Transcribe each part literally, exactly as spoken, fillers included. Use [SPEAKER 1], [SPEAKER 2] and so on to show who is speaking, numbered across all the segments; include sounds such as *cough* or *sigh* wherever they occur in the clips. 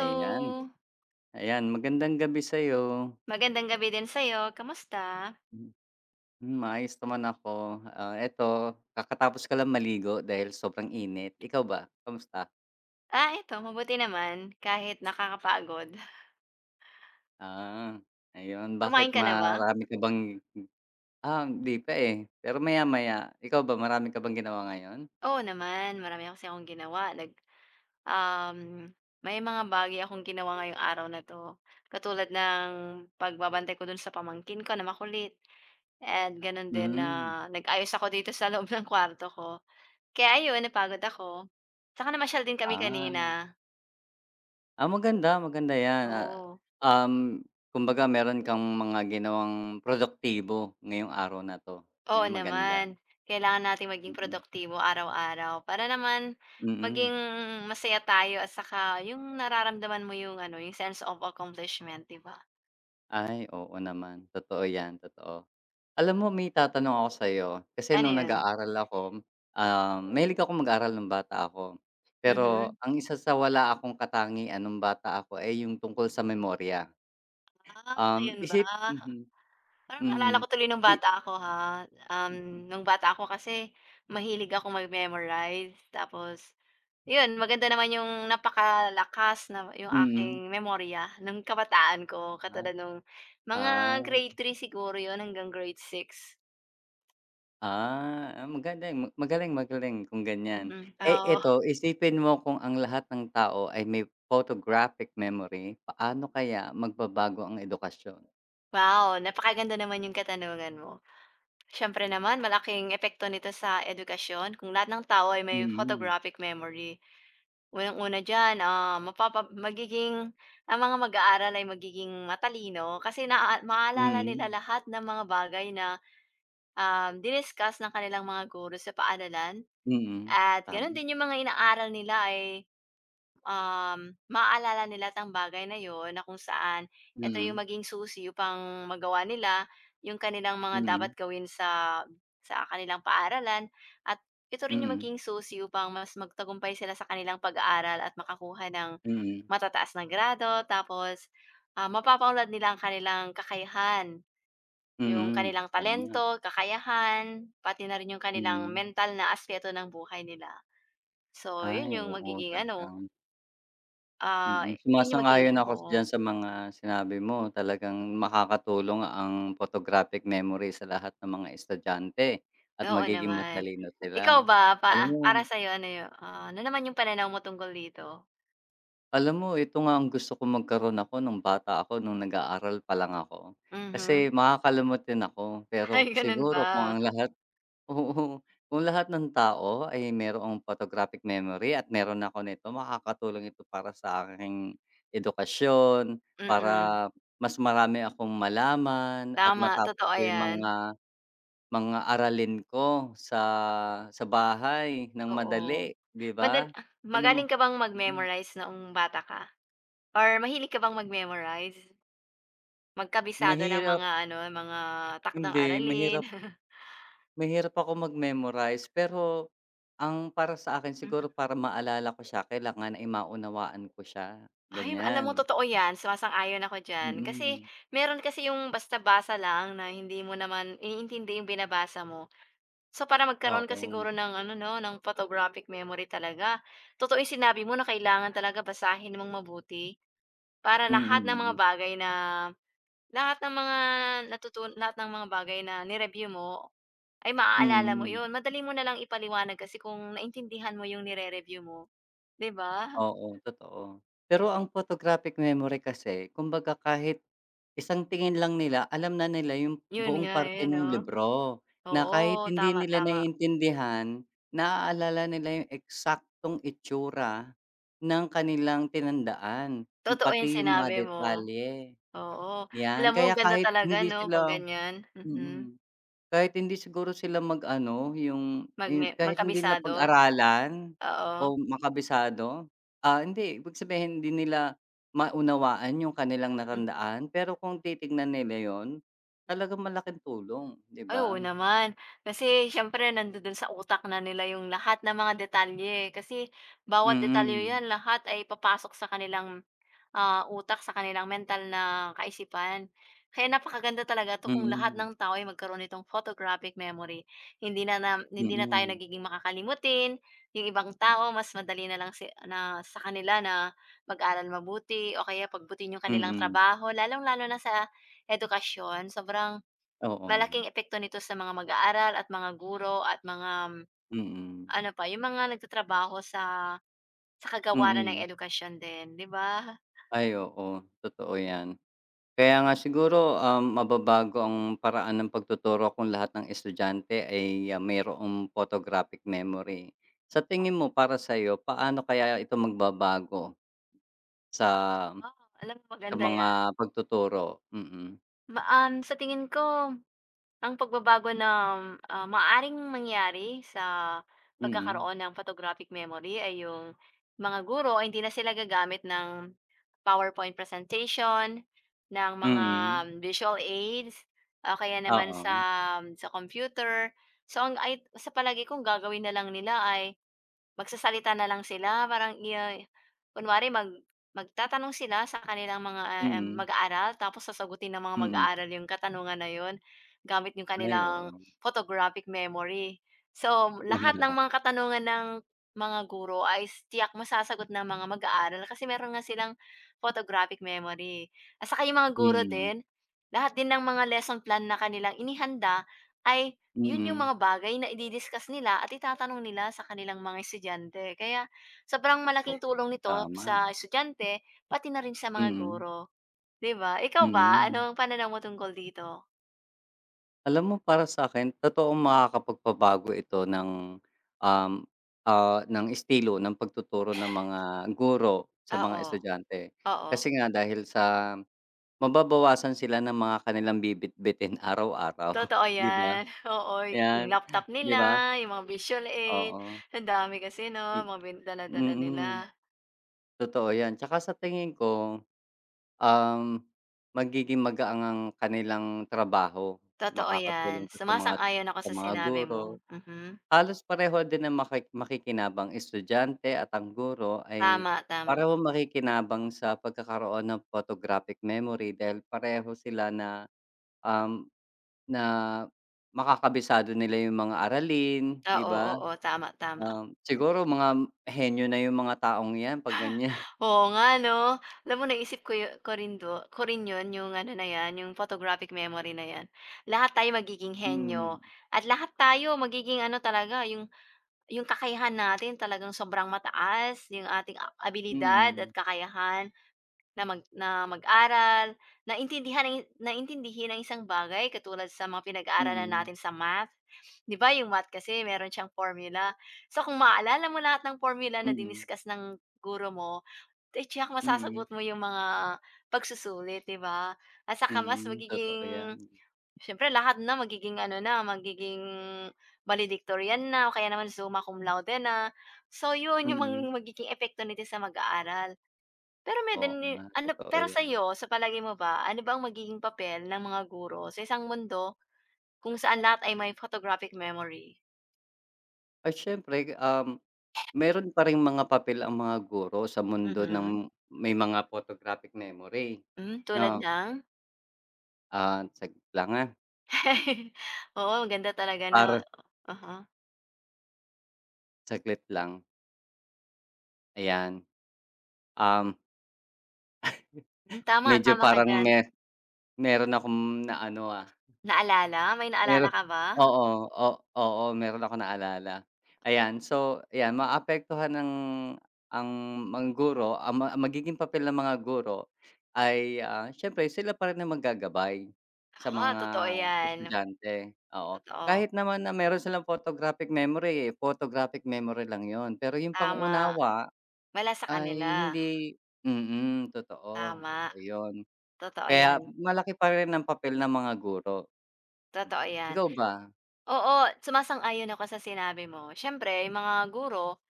[SPEAKER 1] Ayan, ayan magandang gabi sa'yo.
[SPEAKER 2] Magandang gabi din sa'yo, kamusta?
[SPEAKER 1] Hmm, Maayos naman ako. Ah, eto kakatapos ko lang maligo dahil sobrang init. Ikaw ba, kamusta?
[SPEAKER 2] Ah, eto mabuti naman kahit nakakapagod.
[SPEAKER 1] Ah, ayun, bakit
[SPEAKER 2] Kumain ka na ba?
[SPEAKER 1] marami ka bang ah, hindi pa, eh, pero maya-maya. Ikaw ba, marami ka bang ginawa ngayon?
[SPEAKER 2] Oo naman, marami kasi akong ginawa nag um, May mga bagay akong ginawa ngayong araw na 'to. Katulad ng pagbabantay ko dun sa pamangkin ko na makulit at ganun din na
[SPEAKER 1] Hmm.
[SPEAKER 2] nag-ayos ako dito sa loob ng kwarto ko. Kaya ayun, napagod ako. Tsaka namasyal din kami
[SPEAKER 1] Ah.
[SPEAKER 2] kanina.
[SPEAKER 1] Ah, maganda, maganda 'yan, ah,
[SPEAKER 2] Oo.
[SPEAKER 1] um, kumbaga meron kang mga ginawang produktibo ngayong araw na 'to, 'yun
[SPEAKER 2] Oo
[SPEAKER 1] ang maganda.
[SPEAKER 2] naman. Kailangan nating maging
[SPEAKER 1] Mm,
[SPEAKER 2] produktibo araw-araw para naman
[SPEAKER 1] mm.
[SPEAKER 2] maging masaya tayo at saka yung nararamdaman mo yung ano, yung sense of accomplishment, 'di ba?
[SPEAKER 1] Ay, oo naman. Totoo 'yan, totoo. Alam mo, may itatanong ako sa'yo, kasi
[SPEAKER 2] Ano
[SPEAKER 1] nung
[SPEAKER 2] yun?
[SPEAKER 1] nag-aaral ako, um, mahilig ako mag-aral nung bata ako. Pero
[SPEAKER 2] Mhm.
[SPEAKER 1] ang isa sa wala akong katangian nung bata ako ay yung tungkol sa memorya.
[SPEAKER 2] Ah,
[SPEAKER 1] Um,
[SPEAKER 2] yun ba?
[SPEAKER 1] isip. Mhm,
[SPEAKER 2] Parang naalala
[SPEAKER 1] mm.
[SPEAKER 2] ko tuloy nung
[SPEAKER 1] I.
[SPEAKER 2] bata ako, ha. Um, nung bata ako kasi mahilig ako mag-memorize tapos yun maganda naman yung napakalakas na yung
[SPEAKER 1] Mm.
[SPEAKER 2] aking memorya nung kabataan ko katulad nung
[SPEAKER 1] Ah,
[SPEAKER 2] mga grade three siguro yun hanggang grade six.
[SPEAKER 1] ah, ah, magaling, magaling, magaling kung ganyan.
[SPEAKER 2] Mhm,
[SPEAKER 1] Eh,
[SPEAKER 2] oo.
[SPEAKER 1] eto, isipin mo kung ang lahat ng tao ay may photographic memory, paano kaya magbabago ang edukasyon?
[SPEAKER 2] Wow, napakaganda naman yung katanungan mo. Siyempre naman malaking epekto nito sa edukasyon kung lahat ng tao ay may
[SPEAKER 1] Mm,
[SPEAKER 2] photographic memory. Unang-una diyan, ah, mapapa magiging ang mga mag-aaral ay magiging matalino kasi naa maaalala nila
[SPEAKER 1] mm,
[SPEAKER 2] lahat ng mga bagay na, um, diniscuss ng kanilang mga guro sa paaralan
[SPEAKER 1] mm,
[SPEAKER 2] at gano'n
[SPEAKER 1] tama,
[SPEAKER 2] din yung mga inaaral nila ay Um, maaalala nila 'tong bagay na 'yon na kung saan ito yung
[SPEAKER 1] mm,
[SPEAKER 2] maging susi upang magawa nila yung kanilang mga dapat
[SPEAKER 1] mm,
[SPEAKER 2] gawin sa sa kanilang paaralan at ito rin yung
[SPEAKER 1] mm,
[SPEAKER 2] maging susi upang mas magtagumpay sila sa kanilang pag-aaral at makakuha ng
[SPEAKER 1] mm,
[SPEAKER 2] matataas na grado tapos, ah, mapapaunlad nila ang kanilang kakayahan, yung
[SPEAKER 1] mm,
[SPEAKER 2] kanilang
[SPEAKER 1] tama,
[SPEAKER 2] talento, kakayahan, pati na rin yung kanilang
[SPEAKER 1] mm.
[SPEAKER 2] mental na aspeto ng buhay nila. So, yun
[SPEAKER 1] Ay,
[SPEAKER 2] yung
[SPEAKER 1] oo,
[SPEAKER 2] magiging ano.
[SPEAKER 1] talagang
[SPEAKER 2] Ah,
[SPEAKER 1] mm,
[SPEAKER 2] yun yung maging,
[SPEAKER 1] sumasang-ayon ako
[SPEAKER 2] oo,
[SPEAKER 1] diyan sa mga sinabi mo. Talagang makakatulong ang photographic memory sa lahat ng mga estudyante at
[SPEAKER 2] oo
[SPEAKER 1] magiging
[SPEAKER 2] naman.
[SPEAKER 1] matalino
[SPEAKER 2] Ikaw
[SPEAKER 1] sila.
[SPEAKER 2] ba,
[SPEAKER 1] Alam
[SPEAKER 2] pa
[SPEAKER 1] mo
[SPEAKER 2] para sa'yo, ano yu ah, ano naman yung pananaw mo tungkol dito?
[SPEAKER 1] alam mo ito nga ang gusto kong magkaroon ako nung bata ako, nung nag-aaral pa lang ako. Kasi
[SPEAKER 2] Mhm. *laughs*
[SPEAKER 1] makakalimot din ako,
[SPEAKER 2] Ay
[SPEAKER 1] pero
[SPEAKER 2] ganun
[SPEAKER 1] siguro kung
[SPEAKER 2] ba?
[SPEAKER 1] ang lahat. Oo, kung lahat ng tao ay merong photographic memory at meron ako nito, makakatulong ito para sa aking edukasyon,
[SPEAKER 2] Mm,
[SPEAKER 1] para mas marami akong malaman at
[SPEAKER 2] Tama,
[SPEAKER 1] matapos
[SPEAKER 2] totoo
[SPEAKER 1] ko yung
[SPEAKER 2] yan,
[SPEAKER 1] mga mga aralin ko sa sa bahay ng
[SPEAKER 2] oo.
[SPEAKER 1] madali, 'di
[SPEAKER 2] Madal
[SPEAKER 1] ba? Yun ang ma.
[SPEAKER 2] magaling ka bang
[SPEAKER 1] Mm.
[SPEAKER 2] mag-memorize noong bata ka? Or mahilig ka bang mag-memorize? Magkabisado ng mga
[SPEAKER 1] Mahirap,
[SPEAKER 2] ano, mga takdang
[SPEAKER 1] hindi,
[SPEAKER 2] aralin?
[SPEAKER 1] mahirap,
[SPEAKER 2] *laughs*
[SPEAKER 1] mahirap ako mag-memorize pero ang para sa akin siguro para maalala ko siya, kailangan ay maunawaan ko siya,
[SPEAKER 2] Ay, alam mo
[SPEAKER 1] ganyan.
[SPEAKER 2] totoo 'yan, sumasang-ayon ako diyan. Kasi
[SPEAKER 1] Mm,
[SPEAKER 2] meron kasi yung basta basa lang na hindi mo naman iniintindi yung binabasa mo. So, para magkaroon ka
[SPEAKER 1] oo.
[SPEAKER 2] siguro ng ano 'no, ng photographic memory talaga, totoo yung sinabi mo na kailangan talaga basahin mong mabuti para
[SPEAKER 1] Mm,
[SPEAKER 2] lahat ng mga
[SPEAKER 1] mm,
[SPEAKER 2] bagay na lahat ng mga natutun lahat ng mga bagay na nireview mo ay maaalala mo
[SPEAKER 1] mm.
[SPEAKER 2] 'yun. Madali mo na lang ipaliwanag kasi kung naintindihan mo yung nire-review mo, 'di ba?
[SPEAKER 1] Oo, totoo. Pero ang photographic memory kasi, kumbaga, kahit isang tingin lang nila alam na nila yung
[SPEAKER 2] Yun
[SPEAKER 1] buong
[SPEAKER 2] nga,
[SPEAKER 1] parte
[SPEAKER 2] eh, 'no?
[SPEAKER 1] nung libro, na kahit
[SPEAKER 2] Oo,
[SPEAKER 1] hindi
[SPEAKER 2] tama,
[SPEAKER 1] nila
[SPEAKER 2] tama.
[SPEAKER 1] naiintindihan, naaalala nila yung eksaktong itsura ng kanilang tinandaan,
[SPEAKER 2] Totoo yung
[SPEAKER 1] pati yung mga
[SPEAKER 2] sinabi mo.
[SPEAKER 1] detalye.
[SPEAKER 2] Oo.
[SPEAKER 1] Yan,
[SPEAKER 2] Alam mo
[SPEAKER 1] kaya
[SPEAKER 2] ang ganda
[SPEAKER 1] kahit
[SPEAKER 2] talaga
[SPEAKER 1] hindi
[SPEAKER 2] 'no, 'pag
[SPEAKER 1] sila.
[SPEAKER 2] ganyan. Mhm.
[SPEAKER 1] Mm. Kahit hindi siguro sila mag-ano, yung
[SPEAKER 2] Magme
[SPEAKER 1] yung kahit hindi nila
[SPEAKER 2] magkabisado,
[SPEAKER 1] pag-aralan
[SPEAKER 2] oo.
[SPEAKER 1] o makabisado, ah, hindi ibig sabihin hindi nila maunawaan yung kanilang
[SPEAKER 2] Mhm.
[SPEAKER 1] natandaan, pero kung titignan nila yun, talagang malaking tulong, 'di
[SPEAKER 2] Ay,
[SPEAKER 1] ba?
[SPEAKER 2] oo naman. Kasi siyempre nandodo'n sa utak na nila yung lahat ng mga detalye, kasi bawat detalye
[SPEAKER 1] Mm.
[SPEAKER 2] 'yan, lahat ay papasok sa kanilang ah, utak sa kanilang mental na kaisipan. Kaya napakaganda talaga 'to kung lahat
[SPEAKER 1] Mm.
[SPEAKER 2] ng tao ay magkaroon nitong photographic memory. Hindi na nam hindi na tayo
[SPEAKER 1] Mm.
[SPEAKER 2] nagiging makakalimutin, yung ibang tao mas madali na lang si na sa kanila na mag-aral mabuti o kaya pagbutin yung
[SPEAKER 1] Mm,
[SPEAKER 2] kanilang
[SPEAKER 1] mm,
[SPEAKER 2] trabaho lalong-lalo na sa edukasyon. Sobrang
[SPEAKER 1] oo.
[SPEAKER 2] malaking epekto nito sa mga mag-aaral at mga guro at mga mm,
[SPEAKER 1] Mm.
[SPEAKER 2] ano pa, yung mga nagtatrabaho sa sa kagawaran ng
[SPEAKER 1] Mm.
[SPEAKER 2] edukasyon din, 'di ba?
[SPEAKER 1] Ay, oo, totoo yan. Kaya nga siguro, um, mababago ang paraan ng pagtuturo kung lahat ng estudyante ay, ah, mayroong photographic memory. Sa tingin mo, para sa sa'yo, paano kaya ito magbabago sa
[SPEAKER 2] Oo, alam mo
[SPEAKER 1] sa
[SPEAKER 2] maganda 'yan.
[SPEAKER 1] mga pagtuturo? Mm,
[SPEAKER 2] Ma um, sa tingin ko, ang pagbabago na ah, maaaring mangyari sa
[SPEAKER 1] mm,
[SPEAKER 2] pagkakaroon ng photographic memory ay yung mga guro ay hindi na sila gagamit ng PowerPoint presentation, ng mga
[SPEAKER 1] mm,
[SPEAKER 2] visual aids, o kaya naman sa
[SPEAKER 1] oo,
[SPEAKER 2] sa computer. So, ang ay sa palagi kong gagawin na lang nila ay magsasalita na lang sila parang iya kunwari mag magtatanong sila sa kanilang mga, ah,
[SPEAKER 1] mm,
[SPEAKER 2] mag-aaral tapos sasagutin ng mga
[SPEAKER 1] mm.
[SPEAKER 2] mag-aaral yung katanungan na yun. Gamit yung
[SPEAKER 1] Ay,
[SPEAKER 2] kanilang
[SPEAKER 1] oo.
[SPEAKER 2] photographic memory. So, lahat ng mga
[SPEAKER 1] *laughs*
[SPEAKER 2] katanungan ng mga guro ay s tiyak masasagot ng mga mag-aaral kasi meron nga silang photographic memory. At saka yung mga guro
[SPEAKER 1] Mm,
[SPEAKER 2] din, lahat din ng mga lesson plan na kanilang inihanda ay yun yung
[SPEAKER 1] mm,
[SPEAKER 2] mga bagay na idi-discuss nila at itatanong nila sa kanilang mga estudyante. Kaya sobrang
[SPEAKER 1] oo,
[SPEAKER 2] malaking tulong nito
[SPEAKER 1] tama.
[SPEAKER 2] sa estudyante pati na rin sa mga
[SPEAKER 1] Mm,
[SPEAKER 2] guro, 'di ba? Ikaw ba, ano
[SPEAKER 1] mm.
[SPEAKER 2] ang pananaw mo tungkol dito?
[SPEAKER 1] Alam mo, para sa sa'kin totoong makakapagpabago ito ng, um, ah, ng estilo ng pagtuturo ng mga guro sa mga
[SPEAKER 2] Oo.
[SPEAKER 1] estudyante.
[SPEAKER 2] Oo,
[SPEAKER 1] Kasi nga dahil sa mababawasan sila ng mga kanilang bibitbitin araw-araw, *laughs*
[SPEAKER 2] totoo
[SPEAKER 1] 'di ba?
[SPEAKER 2] yan. *laughs* Oo, yung
[SPEAKER 1] 'Yan,
[SPEAKER 2] laptop
[SPEAKER 1] 'di
[SPEAKER 2] nila,
[SPEAKER 1] ba?
[SPEAKER 2] yung mga visual aid,
[SPEAKER 1] Oo,
[SPEAKER 2] ang dami kasi 'no,
[SPEAKER 1] i,
[SPEAKER 2] mga bin dala nila.
[SPEAKER 1] mm, totoo 'yan. Tsaka sa tingin ko, um, magiging magaang ang kanilang trabaho,
[SPEAKER 2] Totoo yan,
[SPEAKER 1] makakatulong 'to sa mga
[SPEAKER 2] sumasang-ayon ako
[SPEAKER 1] sa
[SPEAKER 2] sa
[SPEAKER 1] mga
[SPEAKER 2] sinabi
[SPEAKER 1] guro.
[SPEAKER 2] mo, mhm.
[SPEAKER 1] Halos pareho din ang maki makikinabang estudyante at ang guro ay
[SPEAKER 2] Tama, tama.
[SPEAKER 1] pareho makikinabang sa pagkakaroon ng photographic memory dahil pareho sila na, um, na makakabisado nila yung mga aralin, 'di
[SPEAKER 2] Oo,
[SPEAKER 1] ba?
[SPEAKER 2] oo, tama, tama.
[SPEAKER 1] Um, siguro mga henyo na yung mga taong 'yan 'pag ganyan.
[SPEAKER 2] Oo nga 'no, alam mo naisip ko yu ko rin do ko rin yun yung ano na yan, yung photographic memory na yan. Lahat tayo magiging
[SPEAKER 1] *laughs*
[SPEAKER 2] henyo
[SPEAKER 1] Mm,
[SPEAKER 2] at lahat tayo magiging ano talaga yung Yung kakayahan natin talagang sobrang mataas, yung ating a abilidad at
[SPEAKER 1] mm,
[SPEAKER 2] kakayahan na mag na mag-aral, na naintindihan ng na intindihin ang isang bagay katulad sa mga pinag-aaralan
[SPEAKER 1] mm,
[SPEAKER 2] natin sa math. 'Di ba yung math kasi meron siyang formula. So, kung maaalala mo lahat ng formula na
[SPEAKER 1] mm,
[SPEAKER 2] diniscuss ng guro mo, eh, tiyak
[SPEAKER 1] mm,
[SPEAKER 2] masasagot mo yung mga pagsusulit, 'di ba? At saka mas
[SPEAKER 1] mm, totoo 'yan.
[SPEAKER 2] magiging Siyempre lahat na magiging ano na, magiging valedictorian na o kaya naman summa cum laude na. So yun yung mang
[SPEAKER 1] Mm,
[SPEAKER 2] magiging epekto nito sa mag-aaral. Pero may
[SPEAKER 1] oo
[SPEAKER 2] din
[SPEAKER 1] nga,
[SPEAKER 2] ano
[SPEAKER 1] totoo
[SPEAKER 2] pero
[SPEAKER 1] 'yan.
[SPEAKER 2] sa'yo, sa palagi mo ba, ano ba ang magiging papel ng mga guro sa isang mundo kung saan lahat ay may photographic memory?
[SPEAKER 1] Ay, siyempre, um meron pa ring mga papel ang mga guro sa mundo
[SPEAKER 2] Mhm.
[SPEAKER 1] ng may mga photographic memory,
[SPEAKER 2] Hmm, tulad
[SPEAKER 1] 'no?
[SPEAKER 2] ng?
[SPEAKER 1] Ah, saglit lang, ah,
[SPEAKER 2] *laughs* Oo, maganda talaga 'no.
[SPEAKER 1] para
[SPEAKER 2] Uh-huh.
[SPEAKER 1] saglit lang, ayan. Um,
[SPEAKER 2] Hmm, tama,
[SPEAKER 1] Medyo
[SPEAKER 2] tama ka
[SPEAKER 1] parang
[SPEAKER 2] diyan.
[SPEAKER 1] me meron akong naano, ah.
[SPEAKER 2] Naalala? May naalala
[SPEAKER 1] Meron,
[SPEAKER 2] ka ba?
[SPEAKER 1] oo, o, oo, meron akong naalala. Ayan, so ayan maapektuhan ng ang mga guro, ang ma ang magiging papel ng mga guro ay, ah, siyempre sila pa rin ang maggagabay sa
[SPEAKER 2] Oo,
[SPEAKER 1] mga
[SPEAKER 2] totoo yan.
[SPEAKER 1] estudyante, oo.
[SPEAKER 2] Totoo,
[SPEAKER 1] Kahit naman na meron silang photographic memory, eh, photographic memory lang yon, pero yung
[SPEAKER 2] tama.
[SPEAKER 1] pangunawa
[SPEAKER 2] Wala sa
[SPEAKER 1] ay
[SPEAKER 2] kanila,
[SPEAKER 1] hindi. Mm, totoo, totoo
[SPEAKER 2] tama.
[SPEAKER 1] yon.
[SPEAKER 2] Totoo
[SPEAKER 1] Kaya
[SPEAKER 2] 'yan,
[SPEAKER 1] malaki pa rin ang papel ng mga guro,
[SPEAKER 2] totoo
[SPEAKER 1] mm.
[SPEAKER 2] 'yan.
[SPEAKER 1] Ikaw ba?
[SPEAKER 2] Oo, sumasang-ayon ako sa sinabi mo. Siyempre, yung mga guro.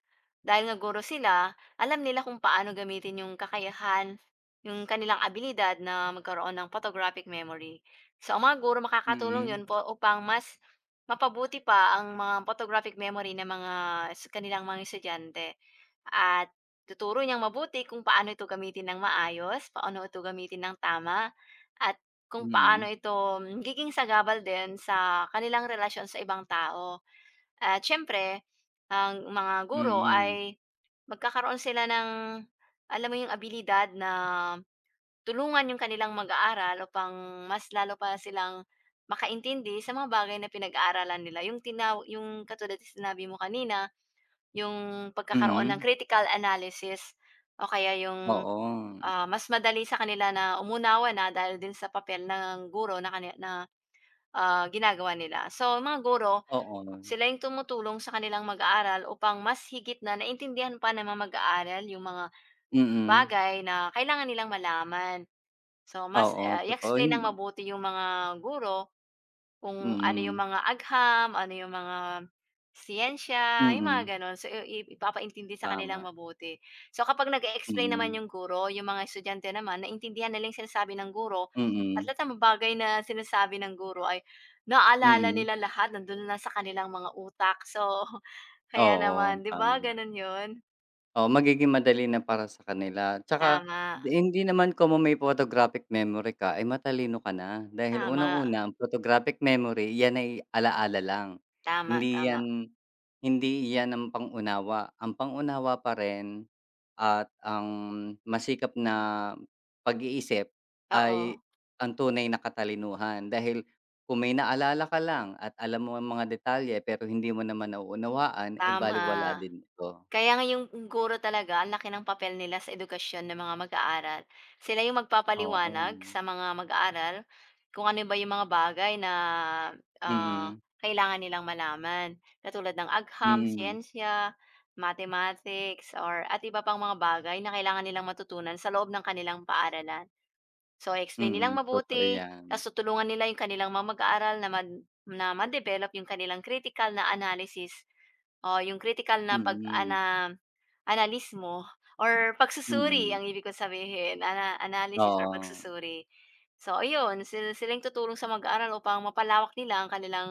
[SPEAKER 2] Dahil nga guro sila, alam nila kung paano gamitin yung kakayahan, yung kanilang abilidad na magkaroon ng photographic memory. So, ang mga guro makakatulong
[SPEAKER 1] Mm,
[SPEAKER 2] yun po upang mas mapabuti pa ang mga photographic memory ng mga s- kanilang mga estudyante. At tuturo niyang mabuti kung paano ito gamitin ng maayos, paano ito gamitin ng tama, at kung paano
[SPEAKER 1] mm,
[SPEAKER 2] ito mm, giging sagabal din sa kanilang relasyon sa ibang tao. At siyempre, ang mga guro
[SPEAKER 1] mm,
[SPEAKER 2] ay magkakaroon sila ng, alam mo yung abilidad na tulungan yung kanilang mag-aaral upang mas lalo pa silang makaintindi sa mga bagay na pinag-aaralan nila. Yung tinaw yung katulad na sinabi mo kanina, yung pagkakaroon ng
[SPEAKER 1] mm,
[SPEAKER 2] critical analysis o kaya yung,
[SPEAKER 1] oo,
[SPEAKER 2] ah, mas madali sa kanila na umunawa na dahil din sa papel ng guro na kani na, ah, ginagawa nila. So, mga guro
[SPEAKER 1] oo,
[SPEAKER 2] sila yung tumutulong sa kanilang mag-aaral upang mas higit na naintindihan pa ng mga mag-aaral yung mga
[SPEAKER 1] mm,
[SPEAKER 2] bagay na kailangan nilang malaman. So, mas,
[SPEAKER 1] oo,
[SPEAKER 2] ah,
[SPEAKER 1] totoo
[SPEAKER 2] i-explain
[SPEAKER 1] yun,
[SPEAKER 2] ng mabuti yung mga guro kung ano yung
[SPEAKER 1] mm,
[SPEAKER 2] mga agham, ano yung mga siyensya, yung
[SPEAKER 1] mm,
[SPEAKER 2] mga gano'n. So, i i ipapaintindi sa kanilang
[SPEAKER 1] tama,
[SPEAKER 2] mabuti. So, kapag nag explain naman
[SPEAKER 1] mm,
[SPEAKER 2] yung guro, yung mga estudyante naman naintindihan nila yung sinasabi ng guro at
[SPEAKER 1] mm,
[SPEAKER 2] lahat ng mga bagay na sinasabi ng guro ay naalala
[SPEAKER 1] mm,
[SPEAKER 2] nila lahat, nando'n na sa kanilang mga utak. So, *laughs* kaya
[SPEAKER 1] oo,
[SPEAKER 2] naman, 'di ba
[SPEAKER 1] tama.
[SPEAKER 2] gano'n 'yun?
[SPEAKER 1] Oo, magiging madali na para sa kanila, tsaka
[SPEAKER 2] Tama,
[SPEAKER 1] hindi naman kung may photographic memory ka ay matalino ka na, dahil
[SPEAKER 2] tama,
[SPEAKER 1] unang-una ang photographic memory yan ay ala-ala lang,
[SPEAKER 2] tama,
[SPEAKER 1] hindi
[SPEAKER 2] tama.
[SPEAKER 1] yan, hindi yan ang pang-unawa, ang pang-unawa pa rin. At ang masikap na pag-iisip
[SPEAKER 2] Oo,
[SPEAKER 1] ay ang tunay na katalinuhan. Dahil kung may naalala ka lang at alam mo ang mga detalye pero hindi mo naman nauunawaan, eh,
[SPEAKER 2] tama.
[SPEAKER 1] balewala din ito.
[SPEAKER 2] Kaya nga yung guro talaga ang laki ng papel nila sa edukasyon ng mga mag-aaral. Sila yung magpapaliwanag
[SPEAKER 1] Oo.
[SPEAKER 2] sa mga mag-aaral kung ano ba yung mga bagay na, ah,
[SPEAKER 1] Mm.
[SPEAKER 2] kailangan nilang malaman. Katulad ng agham,
[SPEAKER 1] Mm.
[SPEAKER 2] siyensya, mathematics, or at iba pang mga bagay na kailangan nilang matutunan sa loob ng kanilang paaralan. So, explain nilang
[SPEAKER 1] Mm. Totoo
[SPEAKER 2] mabuti,
[SPEAKER 1] 'yan.
[SPEAKER 2] ta's tutulungan nila yung kanilang mga mag-aaral na mad na ma-develop yung kanilang critical na analysis oh yung critical na pag
[SPEAKER 1] Mm.
[SPEAKER 2] ana analis mo or pagsusuri
[SPEAKER 1] Mm.
[SPEAKER 2] ang ibig kong sabihin, ana analysis or
[SPEAKER 1] Oo.
[SPEAKER 2] pagsusuri. So ayun, sila silang tutulong sa mag-aaral upang mapalawak nila ang kanilang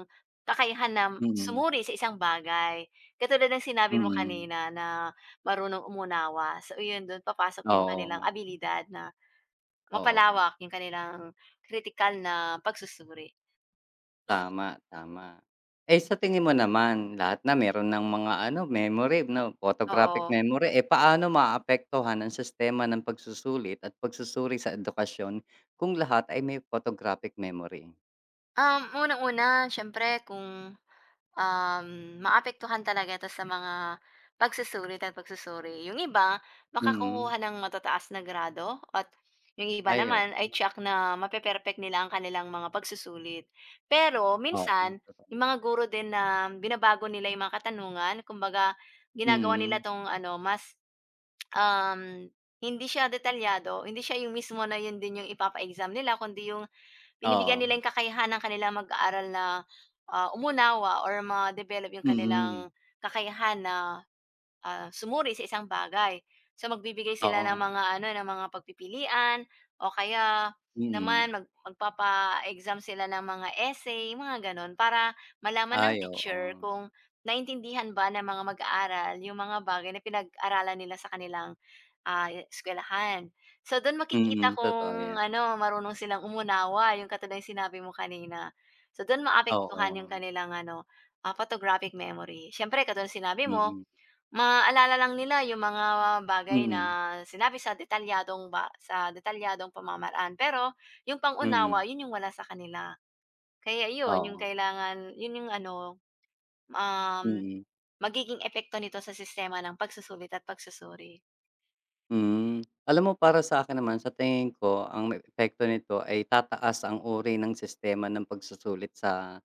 [SPEAKER 2] kakayahan na
[SPEAKER 1] Mm.
[SPEAKER 2] sumuri sa isang bagay. Katulad ng sinabi mo
[SPEAKER 1] Mm.
[SPEAKER 2] kanina na marunong umunawa. So iyon, dun papasok yung kanilang
[SPEAKER 1] Oo.
[SPEAKER 2] abilidad na
[SPEAKER 1] Oo.
[SPEAKER 2] mapalawak yung kanilang critical na pagsusuri,
[SPEAKER 1] Tama, tama. Eh, sa tingin mo naman, lahat na meron ng mga ano, memory 'no, photographic
[SPEAKER 2] oo.
[SPEAKER 1] memory, eh, paano maapektuhan ang sistema ng pagsusulit at pagsusuri sa edukasyon kung lahat ay may photographic memory?
[SPEAKER 2] Um, unang-una siyempre kung Um, maapektuhan talaga ito sa mga pagsusuri at pagsusuri. Yung iba
[SPEAKER 1] Mm.
[SPEAKER 2] makakukuha ng matataas na grado at yung iba
[SPEAKER 1] Ay, oo.
[SPEAKER 2] naman ay check na mape-perpect nila ang kanilang mga pagsusulit. Pero
[SPEAKER 1] Oo,
[SPEAKER 2] minsan
[SPEAKER 1] totoo.
[SPEAKER 2] yung mga guro din na binabago nila yung mga katanungan, kumbaga ginagawa nila
[SPEAKER 1] Mm.
[SPEAKER 2] 'tong ano mas, um, hindi siya detalyado, hindi siya yung mismo na yun din yung ipapa-exam nila kundi yung binibigyan
[SPEAKER 1] Oo.
[SPEAKER 2] nila yung kakayahan ng kanilang mag-aaral na, ah, umunawa or ma-develop yung
[SPEAKER 1] Mm.
[SPEAKER 2] kanilang kakayahan na, ah, sumuri sa isang bagay. So, magbibigay sila ng
[SPEAKER 1] Oo.
[SPEAKER 2] mga ano, ng mga pagpipilian o kaya
[SPEAKER 1] Mm.
[SPEAKER 2] naman mag magpapa-exam sila ng mga essay, mga gano'n. Para malaman ng
[SPEAKER 1] Ay, oo.
[SPEAKER 2] teacher kung naintindihan ba ng mga mag-aaral yung mga bagay na pinag-aralan nila sa kanilang Ah, eskuwelahan. So, dun makikita
[SPEAKER 1] Mm, totoo
[SPEAKER 2] kung
[SPEAKER 1] 'yan.
[SPEAKER 2] ano, marunong silang umunawa, yung katulad ng sinabi mo kanina. So, dun
[SPEAKER 1] Oo.
[SPEAKER 2] maapektuhan yung kanilang ano, ah, photographic memory. Siyempre katulad ng sinabi mo,
[SPEAKER 1] Mm.
[SPEAKER 2] maaalala lang nila yung mga bagay na
[SPEAKER 1] Mm.
[SPEAKER 2] sinabi sa detalyadong ba sa detalyadong pamamaraan. Pero yung pangunawa
[SPEAKER 1] Mm.
[SPEAKER 2] yun yung wala sa kanila. Kaya yun, yung
[SPEAKER 1] Oo.
[SPEAKER 2] kailangan yun yung ano, um,
[SPEAKER 1] Mm.
[SPEAKER 2] magiging epekto nito sa sistema ng pagsusulit at pagsusuri.
[SPEAKER 1] Hmm. Alam mo, para sa akin naman, sa tingin ko ang may epekto nito ay tataas ang uri ng sistema ng pagsusulit sa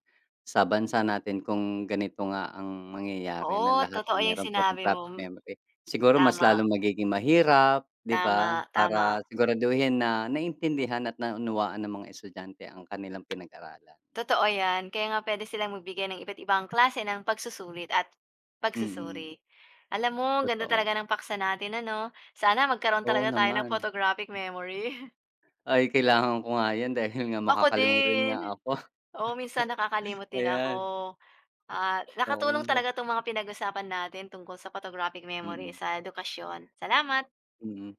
[SPEAKER 1] sa bansa natin kung ganito nga ang mangyayari na
[SPEAKER 2] Oo,
[SPEAKER 1] lahat ay
[SPEAKER 2] totoo yung
[SPEAKER 1] meron
[SPEAKER 2] sinabi
[SPEAKER 1] photographic
[SPEAKER 2] mo.
[SPEAKER 1] memory. Siguro mas
[SPEAKER 2] Tama,
[SPEAKER 1] lalong magiging mahirap, 'di
[SPEAKER 2] tama,
[SPEAKER 1] ba?
[SPEAKER 2] tama.
[SPEAKER 1] Para siguraduhin na naintindihan at naunawaan ng mga estudyante ang kanilang pinag-aralan.
[SPEAKER 2] Totoo yan. Kaya nga puwede silang magbigay ng iba't ibang klase ng pagsusulit at
[SPEAKER 1] Mm,
[SPEAKER 2] pagsusuri. Alam mo ang ganda
[SPEAKER 1] totoo.
[SPEAKER 2] talaga ng paksa natin ano? Sana magkaroon
[SPEAKER 1] Oo
[SPEAKER 2] talaga tayo ng
[SPEAKER 1] naman.
[SPEAKER 2] photographic memory. *laughs*
[SPEAKER 1] Ay, kailangan ko nga 'yan dahil nga
[SPEAKER 2] Ako
[SPEAKER 1] makakalimutan nga
[SPEAKER 2] din.
[SPEAKER 1] ako.
[SPEAKER 2] Oo, minsan nakakalimot
[SPEAKER 1] *laughs*
[SPEAKER 2] din ako.
[SPEAKER 1] Ayan,
[SPEAKER 2] Ah,
[SPEAKER 1] oo
[SPEAKER 2] nakatulong
[SPEAKER 1] nga.
[SPEAKER 2] talaga 'tong mga pinag-usapan natin tungkol sa photographic memory
[SPEAKER 1] Mm.
[SPEAKER 2] sa edukasyon. Salamat.
[SPEAKER 1] Mm,